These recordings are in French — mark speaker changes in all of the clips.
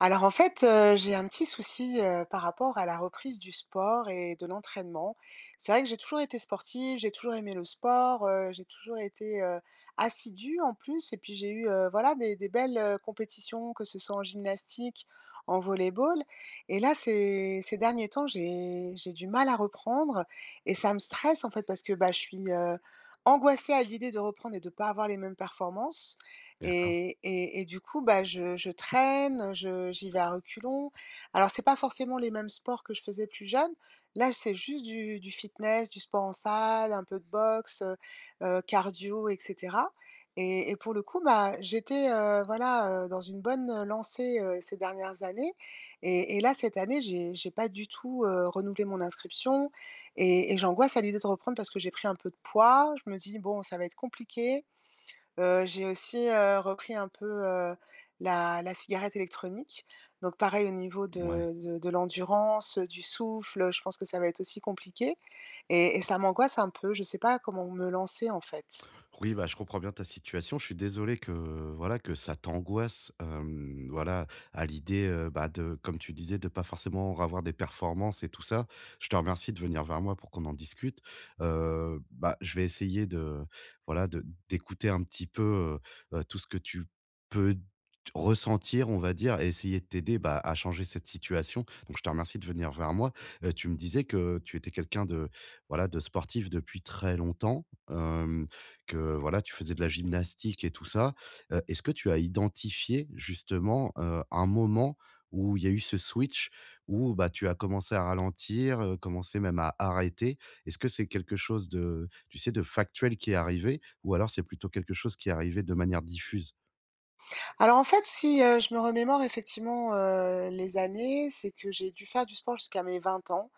Speaker 1: Alors en fait, j'ai un petit souci, par rapport à la reprise du sport et de l'entraînement. C'est vrai que j'ai toujours été sportive, j'ai toujours aimé le sport, j'ai toujours été, assidue en plus et puis j'ai eu, voilà des belles, compétitions, que ce soit en gymnastique, en volleyball. Et là, ces derniers temps, j'ai du mal à reprendre et ça me stresse en fait parce que, bah, je suis, angoissée à l'idée de reprendre et de ne pas avoir les mêmes performances.
Speaker 2: D'accord.
Speaker 1: Et du coup, bah, je traîne, je j'y vais à reculons. Alors c'est pas forcément les mêmes sports que je faisais plus jeune. Là, c'est juste du fitness, du sport en salle, un peu de boxe, cardio et cetera. Et pour le coup, bah, j'étais, voilà, dans une bonne lancée, ces dernières années. Et là, cette année, j'ai pas du tout, renouvelé mon inscription. Et j'angoisse à l'idée de reprendre parce que j'ai pris un peu de poids. Je me dis: «Bon, ça va être compliqué». J'ai aussi, repris un peu, la cigarette électronique. Donc pareil au niveau
Speaker 2: Mmh, ouais.
Speaker 1: de l'endurance, du souffle, je pense que ça va être aussi compliqué et ça m'angoisse un peu. Je ne sais pas comment me lancer, en fait.
Speaker 2: Oui, bah, je comprends bien ta situation. Je suis désolé que voilà que ça t'angoisse, hem, voilà, à l'idée, bah, de comme tu disais, de pas forcément avoir des performances et tout ça. Je te remercie de venir vers moi pour qu'on en discute. Bah, je vais essayer de voilà, de d'écouter un petit peu, tout ce que tu peux ressentir, on va dire et essayer de t'aider, bah, à changer cette situation. Donc je te remercie de venir vers moi. Tu me disais que tu étais quelqu'un de voilà, de sportif depuis très longtemps. Hem, que voilà, tu faisais de la gymnastique et tout ça. Est-ce que tu as identifié justement, un moment où il y a eu ce switch, où, bah, tu as commencé à ralentir, commencé même à arrêter? Est-ce que c'est quelque chose de tu sais, de factuel qui est arrivé ou alors c'est plutôt quelque chose qui est arrivé de manière diffuse?
Speaker 1: Alors en fait, si, je me remémore effectivement, les années, c'est que j'ai dû faire du sport jusqu'à mes 20 ans,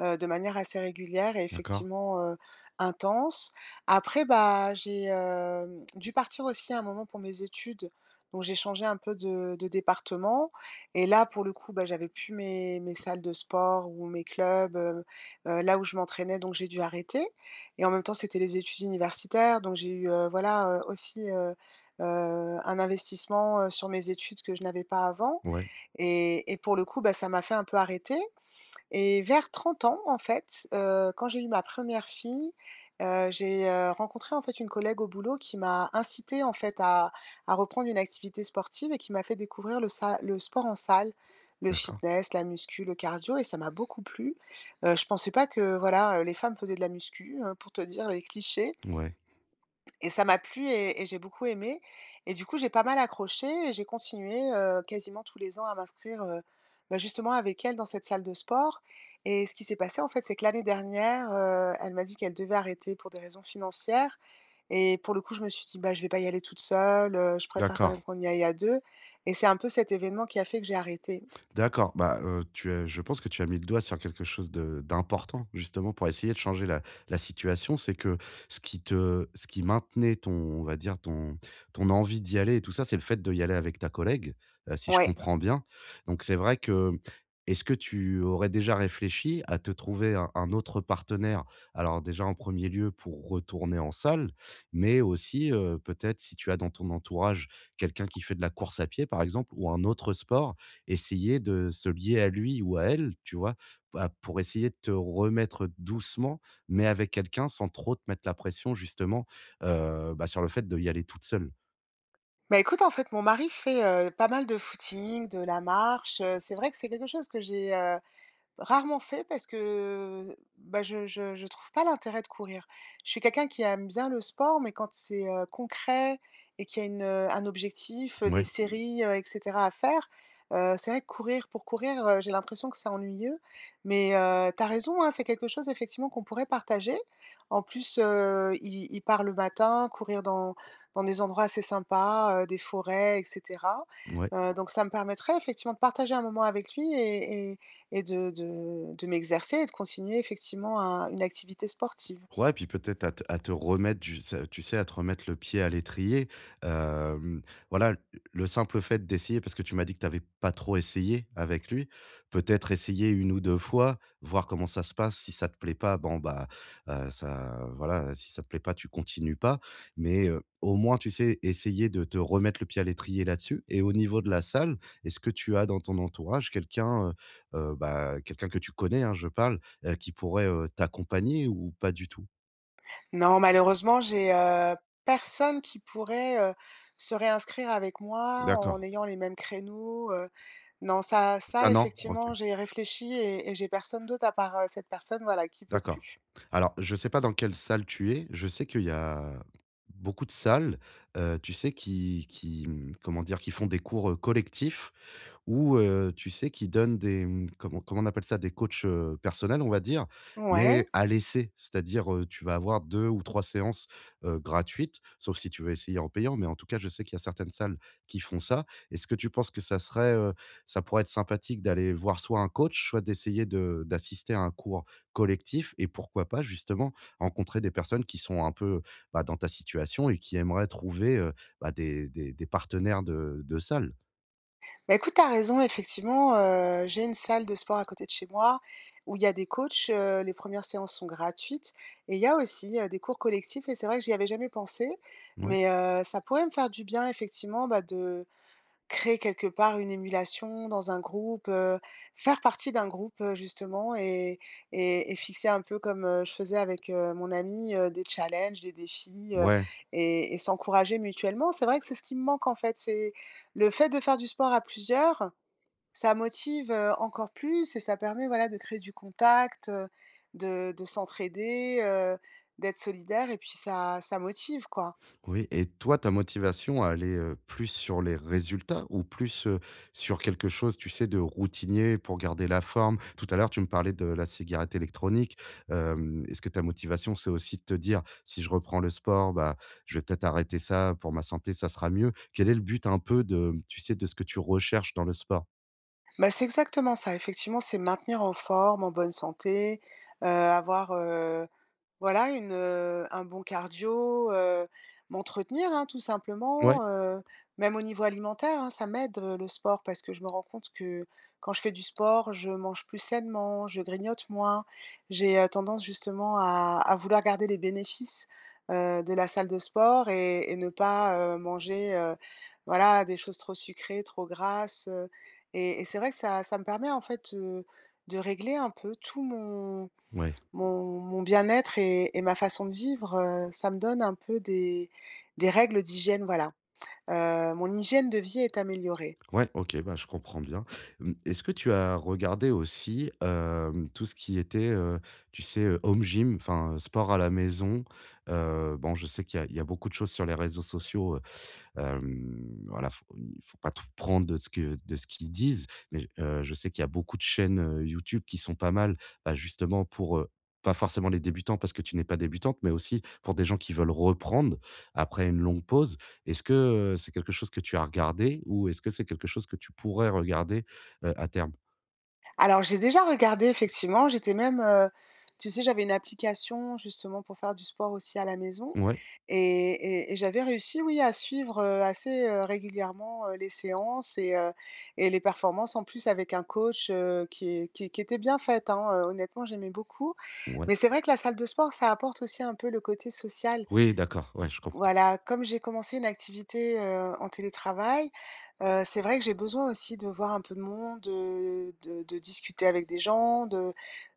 Speaker 1: de manière assez régulière et
Speaker 2: D'accord.
Speaker 1: effectivement, intense. Après, bah, j'ai, dû partir aussi à un moment pour mes études, donc j'ai changé un peu de département et là, pour le coup, bah, j'avais plus mes salles de sport ou mes clubs, là où je m'entraînais, donc j'ai dû arrêter et en même temps, c'était les études universitaires, donc j'ai eu, voilà, aussi, un investissement, sur mes études que je n'avais pas avant
Speaker 2: Ouais.
Speaker 1: et pour le coup, bah, ça m'a fait un peu arrêter et vers 30 ans, en fait, quand j'ai eu ma première fille, j'ai, rencontré, en fait, une collègue au boulot qui m'a incité en fait, à reprendre une activité sportive et qui m'a fait découvrir le sport en salle, le
Speaker 2: D'accord.
Speaker 1: fitness, la muscu, le cardio et ça m'a beaucoup plu. Je pensais pas que, voilà, les femmes faisaient de la muscu, pour te dire les clichés.
Speaker 2: Ouais.
Speaker 1: Et ça m'a plu et j'ai beaucoup aimé et du coup, j'ai pas mal accroché et j'ai continué, quasiment tous les ans à m'inscrire, bah, justement avec elle dans cette salle de sport et ce qui s'est passé, en fait, c'est que l'année dernière, elle m'a dit qu'elle devait arrêter pour des raisons financières et pour le coup, je me suis dit: «Bah, je vais pas y aller toute seule, je préfère quand
Speaker 2: d'accord.
Speaker 1: même qu'on y aille à deux» et c'est un peu cet événement qui a fait que j'ai arrêté.
Speaker 2: D'accord, bah, tu as je pense que tu as mis le doigt sur quelque chose de d'important justement pour essayer de changer la la situation. C'est que ce qui te ce qui maintenait ton on va dire ton ton envie d'y aller et tout ça, c'est le fait d'y aller avec ta collègue, si je
Speaker 1: Ouais.
Speaker 2: comprends bien. Donc c'est vrai que est-ce que tu aurais déjà réfléchi à te trouver un autre partenaire? Alors déjà en premier lieu pour retourner en salle, mais aussi, peut-être si tu as dans ton entourage quelqu'un qui fait de la course à pied par exemple ou un autre sport, essayer de se lier à lui ou à elle, tu vois? Bah, pour essayer de te remettre doucement, mais avec quelqu'un sans trop te mettre la pression justement, bah, sur le fait d'y aller toute seule.
Speaker 1: Bah, écoute, en fait, mon mari fait, pas mal de footing, de la marche. C'est vrai que c'est quelque chose que j'ai rarement fait parce que, bah, je trouve pas l'intérêt de courir. Je suis quelqu'un qui aime bien le sport, mais quand c'est, concret et qu'il y a une, un objectif, des
Speaker 2: Mouais,
Speaker 1: séries, et cetera à faire, c'est vrai que courir pour courir, j'ai l'impression que c'est ennuyeux. Mais, tu raison, hein, c'est quelque chose effectivement qu'on pourrait partager. En plus, il part le matin, courir dans des endroits assez sympas, des forêts et cetera.
Speaker 2: ouais.
Speaker 1: Donc ça me permettrait effectivement de partager un moment avec lui et de m'exercer et de continuer effectivement un une activité sportive.
Speaker 2: Ouais, puis peut-être à te remettre du sa tu sais, à te remettre le pied à l'étrier. Hem, voilà, le simple fait d'essayer, parce que tu m'as dit que tu avais pas trop essayé avec lui, peut-être essayer une ou 2 fois, voir comment ça se passe. Si ça te plaît pas, bon, bah, ça voilà, si ça te plaît pas, tu continues pas. Mais, au moins, tu sais, essayer de te remettre le pied à l'étrier là-dessus. Et au niveau de la salle, est-ce que tu as dans ton entourage quelqu'un, bah, quelqu'un que tu connais, hein, je parle, qui pourrait, t'accompagner ou pas du tout?
Speaker 1: Non, malheureusement, j'ai, personne qui pourrait, se réinscrire avec moi
Speaker 2: D'accord.
Speaker 1: en ayant les mêmes créneaux. Non, ça
Speaker 2: Ah
Speaker 1: ça
Speaker 2: non?
Speaker 1: effectivement,
Speaker 2: OK,
Speaker 1: j'ai réfléchi et j'ai personne d'autre à part, cette personne, voilà, qui peut
Speaker 2: d'accord.
Speaker 1: plus.
Speaker 2: Alors, je sais pas dans quelle salle tu es. Je sais qu'il y a beaucoup de salles, tu sais, qui, mmh, comment dire? Qui font des cours, collectifs. Ou tu sais, qui donnent des, mmh, comment comment on appelle ça? Des coachs, personnels, on va dire, mais
Speaker 1: Ouais.
Speaker 2: à l'essai. C'est-à-dire, tu vas avoir 2 ou 3 séances, gratuites, sauf si tu veux essayer en payant, mais en tout cas, je sais qu'il y a certaines salles qui font ça. Est-ce que tu penses que ça serait, ça pourrait être sympathique d'aller voir soit un coach, soit d'essayer de d'assister à un cours collectif et pourquoi pas, justement, rencontrer des personnes qui sont un peu, bah, dans ta situation et qui aimeraient trouver, bah, des partenaires de salle?
Speaker 1: Bah, écoute, t'as raison, effectivement, j'ai une salle de sport à côté de chez moi où il y a des coachs, les premières séances sont gratuites et il y a aussi, des cours collectifs et c'est vrai que j'y avais jamais pensé,
Speaker 2: Ouais.
Speaker 1: mais ça pourrait me faire du bien effectivement, bah, de créer quelque part une émulation dans un groupe, faire partie d'un groupe, justement et fixer un peu comme, je faisais avec, mon ami, des challenges, des défis,
Speaker 2: Ouais.
Speaker 1: et s'encourager mutuellement. C'est vrai que c'est ce qui me manque, en fait, c'est le fait de faire du sport à plusieurs, ça motive, encore plus et ça permet, voilà, de créer du contact, de s'entraider, d'être solidaire et puis ça motive, quoi.
Speaker 2: Oui et toi, ta motivation à aller, plus sur les résultats ou plus, sur quelque chose, tu sais, de routinier pour garder la forme? Tout à l'heure, tu me parlais de la cigarette électronique. Hem, est-ce que ta motivation, c'est aussi de te dire: «Si je reprends le sport, bah, je vais peut-être arrêter ça, pour ma santé, ça sera mieux»? Quel est le but un peu de, tu sais, de ce que tu recherches dans le sport?
Speaker 1: Bah, c'est exactement ça. Effectivement, c'est maintenir en forme, en bonne santé, avoir, voilà, un bon cardio, m'entretenir, hein, tout
Speaker 2: Ouais,
Speaker 1: simplement, même au niveau alimentaire, hein, ça m'aide, le sport parce que je me rends compte que quand je fais du sport, je mange plus sainement, je grignote moins. J'ai, tendance justement à vouloir garder les bénéfices, de la salle de sport et ne pas, manger, voilà, des choses trop sucrées, trop grasses, et c'est vrai que ça me permet en fait, de régler un peu tout mon
Speaker 2: ouais.
Speaker 1: mon mon bien-être et ma façon de vivre. Ça me donne un peu des règles d'hygiène, voilà. Mon hygiène de vie est améliorée.
Speaker 2: Ouais, OK, bah, je comprends bien. Mmh, est-ce que tu as regardé aussi, hem, tout ce qui était, tu sais, home gym, enfin, sport à la maison? Bon, je sais qu'il y a il y a beaucoup de choses sur les réseaux sociaux. Hem, voilà, faut il faut pas tout prendre de ce que de ce qu'ils disent, mais je sais qu'il y a beaucoup de chaînes, YouTube qui sont pas mal, bah, justement pour, pas forcément les débutants parce que tu n'es pas débutante, mais aussi pour des gens qui veulent reprendre après une longue pause. Est-ce que, c'est quelque chose que tu as regardé ou est-ce que c'est quelque chose que tu pourrais regarder, à terme?
Speaker 1: Alors j'ai déjà regardé effectivement, j'étais même, tu sais, j'avais une application justement pour faire du sport aussi à la maison
Speaker 2: Ouais,
Speaker 1: et et j'avais réussi, oui, à suivre, assez, régulièrement, les séances et et les performances en plus avec un coach, qui est qui était bien faite, hein, honnêtement j'aimais beaucoup.
Speaker 2: ouais.
Speaker 1: Mais c'est vrai que la salle de sport, ça apporte aussi un peu le côté social.
Speaker 2: Oui, d'accord, ouais, je comprends.
Speaker 1: Voilà, comme j'ai commencé une activité, en télétravail, c'est vrai que j'ai besoin aussi de voir un peu de monde, de discuter avec des gens, de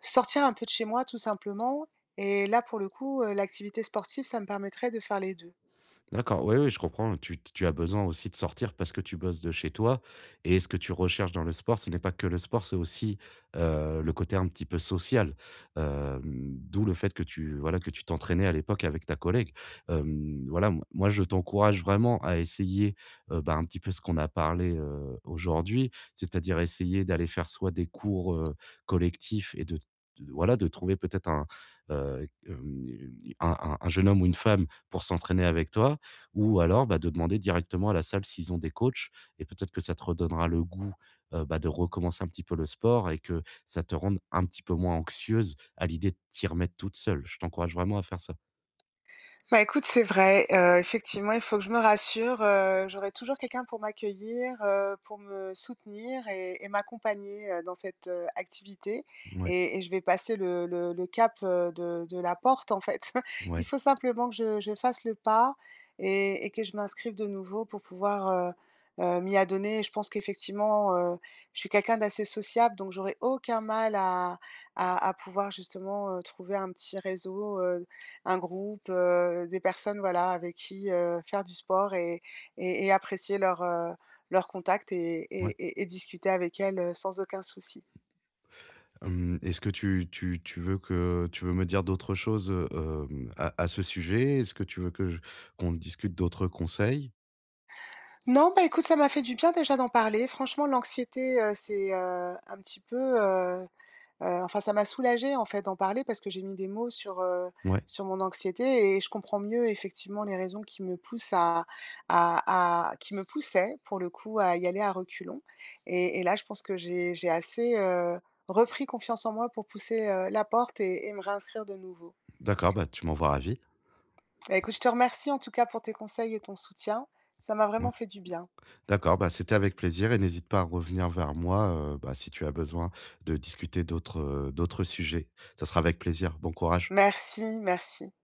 Speaker 1: sortir un peu de chez moi tout simplement et là, pour le coup, l'activité sportive, ça me permettrait de faire les 2.
Speaker 2: D'accord, oui, oui, je comprends. Tu tu as besoin aussi de sortir parce que tu bosses de chez toi et ce que tu recherches dans le sport, ce n'est pas que le sport, c'est aussi, le côté un petit peu social. Hem, d'où le fait que tu voilà, que tu t'entraînais à l'époque avec ta collègue. Hem, voilà, m moi, je t'encourage vraiment à essayer, bah, un petit peu ce qu'on a parlé, aujourd'hui, c'est-à-dire essayer d'aller faire soit des cours, collectifs et de t voilà, de trouver peut-être un, heu, hem, un jeune homme ou une femme pour s'entraîner avec toi ou alors bah, de demander directement à la salle s'ils ont des coachs et peut-être que ça te redonnera le goût, bah, de recommencer un petit peu le sport et que ça te rende un petit peu moins anxieuse à l'idée de t'y remettre toute seule. Je t'encourage vraiment à faire ça.
Speaker 1: Bah, écoute, c'est vrai, effectivement, il faut que je me rassure. J'aurai toujours quelqu'un pour m'accueillir, pour me soutenir et m'accompagner, dans cette, activité
Speaker 2: Ouais,
Speaker 1: et je vais passer le cap, de la porte, en fait. Il
Speaker 2: ouais,
Speaker 1: faut simplement que je fasse le pas et que je m'inscrive de nouveau pour pouvoir, m'y adonner et je pense qu'effectivement, je suis quelqu'un d'assez sociable donc j'aurai aucun mal à pouvoir justement, trouver un petit réseau, un groupe, des personnes, voilà, avec qui, faire du sport et et apprécier leur contact et et
Speaker 2: ouais.
Speaker 1: et et discuter avec elles, sans aucun souci.
Speaker 2: Hem, est-ce que tu tu tu veux que tu veux me dire d'autres choses, à ce sujet? Est-ce que tu veux que je qu'on discute d'autres conseils?
Speaker 1: Non, bah, écoute, ça m'a fait du bien déjà d'en parler. Franchement, l'anxiété, c'est, un petit peu. Enfin ça m'a soulagée en fait d'en parler parce que j'ai mis des mots sur,
Speaker 2: Ouais,
Speaker 1: sur mon anxiété et je comprends mieux effectivement les raisons qui me poussent à qui me poussaient pour le coup à y aller à reculons et là je pense que j'ai assez, repris confiance en moi pour pousser, la porte et me réinscrire de nouveau.
Speaker 2: d'accord, bah, tu m'envoies ravi.
Speaker 1: Bah, écoute, je te remercie en tout cas pour tes conseils et ton soutien. Ça m'a
Speaker 2: Ouais.
Speaker 1: vraiment fait du bien.
Speaker 2: D'accord, bah, c'était avec plaisir et n'hésite pas à revenir vers moi, bah, si tu as besoin de discuter d'autres, d'autres sujets. Ça sera avec plaisir. Bon courage.
Speaker 1: Merci, merci.